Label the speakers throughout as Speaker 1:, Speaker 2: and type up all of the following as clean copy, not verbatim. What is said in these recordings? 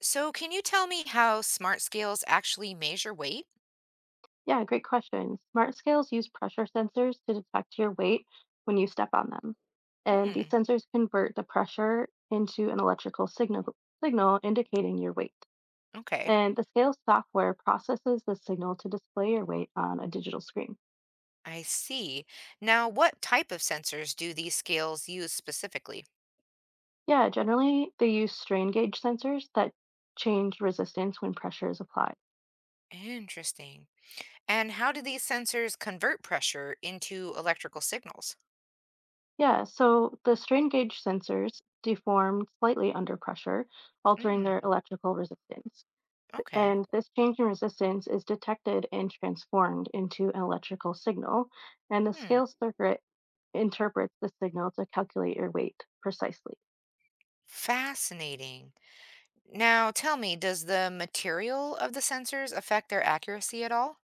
Speaker 1: So, can you tell me how smart scales actually measure weight?
Speaker 2: Yeah, great question. Smart scales use pressure sensors to detect your weight when you step on them. And these
Speaker 1: Hmm,
Speaker 2: sensors convert the pressure into an electrical signal indicating your weight.
Speaker 1: okay,
Speaker 2: And the scale software processes the signal to display your weight on a digital screen.
Speaker 1: I see. Now, what type of sensors do these scales use specifically?
Speaker 2: Yeah, generally they use strain gauge sensors that change resistance when pressure is applied.
Speaker 1: Interesting. And how do these sensors convert pressure into electrical signals?
Speaker 2: Yeah, so the strain gauge sensors deform slightly under pressure, altering
Speaker 1: Hmm,
Speaker 2: their electrical resistance.
Speaker 1: okay.
Speaker 2: And this change in resistance is detected and transformed into an electrical signal, and the
Speaker 1: Hmm,
Speaker 2: scale circuit interprets the signal to calculate your weight precisely.
Speaker 1: fascinating. Now, tell me, does the material of the sensors affect their accuracy at all?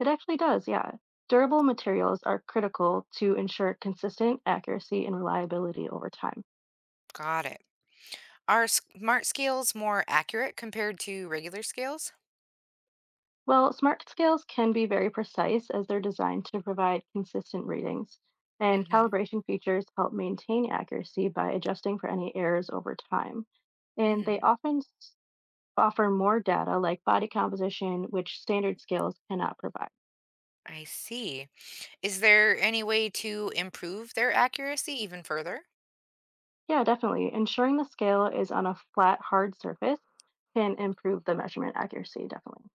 Speaker 2: It actually does, yeah. Durable materials are critical to ensure consistent accuracy and reliability over time.
Speaker 1: Got it. Are smart scales more accurate compared to regular scales?
Speaker 2: Well, smart scales can be very precise as they're designed to provide consistent readings, and
Speaker 1: Mm-hmm.
Speaker 2: calibration features help maintain accuracy by adjusting for any errors over time, and they often offer more data like body composition, which standard scales cannot provide.
Speaker 1: I see. Is there any way to improve their accuracy even further?
Speaker 2: Yeah, definitely. Ensuring the scale is on a flat, hard surface can improve the measurement accuracy, definitely.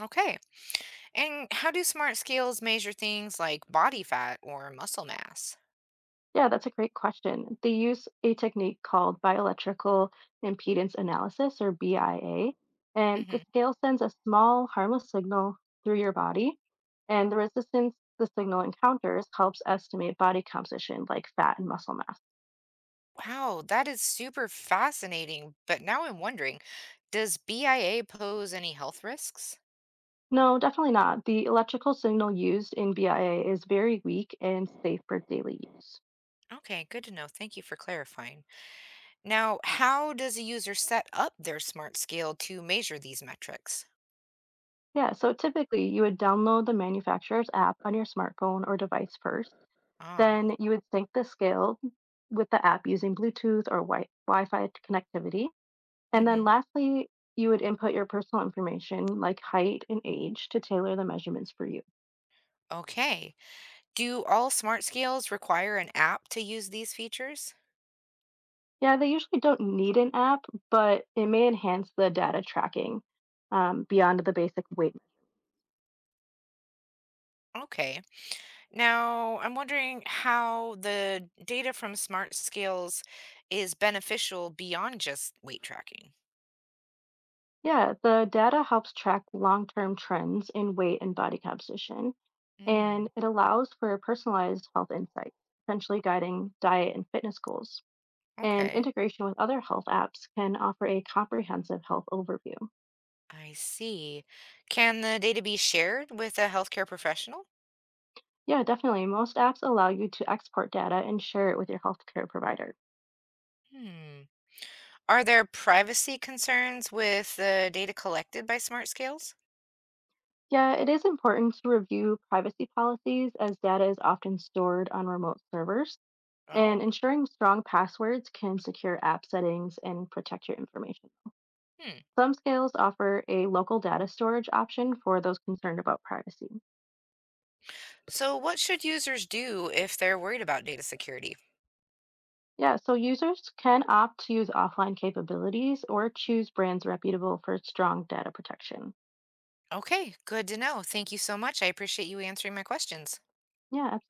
Speaker 1: Okay. And how do smart scales measure things like body fat or muscle mass?
Speaker 2: Yeah, that's a great question. They use a technique called bioelectrical impedance analysis, or BIA, and the
Speaker 1: Hmm.
Speaker 2: scale sends a small, harmless signal through your body, and the resistance the signal encounters helps estimate body composition like fat and muscle mass.
Speaker 1: Wow, that is super fascinating. But now I'm wondering, does BIA pose any health risks?
Speaker 2: No, definitely not. The electrical signal used in BIA is very weak and safe for daily use.
Speaker 1: Okay, good to know. Thank you for clarifying. Now, how does a user set up their smart scale to measure these metrics?
Speaker 2: Yeah, so typically you would download the manufacturer's app on your smartphone or device first.
Speaker 1: Ah.
Speaker 2: Then you would sync the scale with the app using Bluetooth or Wi-Fi connectivity. And then
Speaker 1: Hmm.
Speaker 2: lastly, you would input your personal information like height and age to tailor the measurements for you.
Speaker 1: Okay. Do all smart scales require an app to use these features?
Speaker 2: Yeah, they usually don't need an app, but it may enhance the data tracking beyond the basic weight.
Speaker 1: Okay. Now, I'm wondering how the data from smart scales is beneficial beyond just weight tracking.
Speaker 2: Yeah, the data helps track long-term trends in weight and body composition, and
Speaker 1: Mm,
Speaker 2: it allows for personalized health insights, essentially guiding diet and fitness goals. And
Speaker 1: okay.
Speaker 2: integration with other health apps can offer a comprehensive health overview.
Speaker 1: I see. Can the data be shared with a healthcare professional?
Speaker 2: Yeah, definitely. Most apps allow you to export data and share it with your healthcare provider.
Speaker 1: Hmm. Are there privacy concerns with the data collected by smart scales?
Speaker 2: Yeah, it is important to review privacy policies as data is often stored on remote servers, and
Speaker 1: Oh.
Speaker 2: ensuring strong passwords can secure app settings and protect your information.
Speaker 1: Hmm.
Speaker 2: Some scales offer a local data storage option for those concerned about privacy.
Speaker 1: So, what should users do if they're worried about data security?
Speaker 2: Yeah, so users can opt to use offline capabilities or choose brands reputable for strong data protection.
Speaker 1: Okay, good to know. Thank you so much. I appreciate you answering my questions.
Speaker 2: Yeah, absolutely.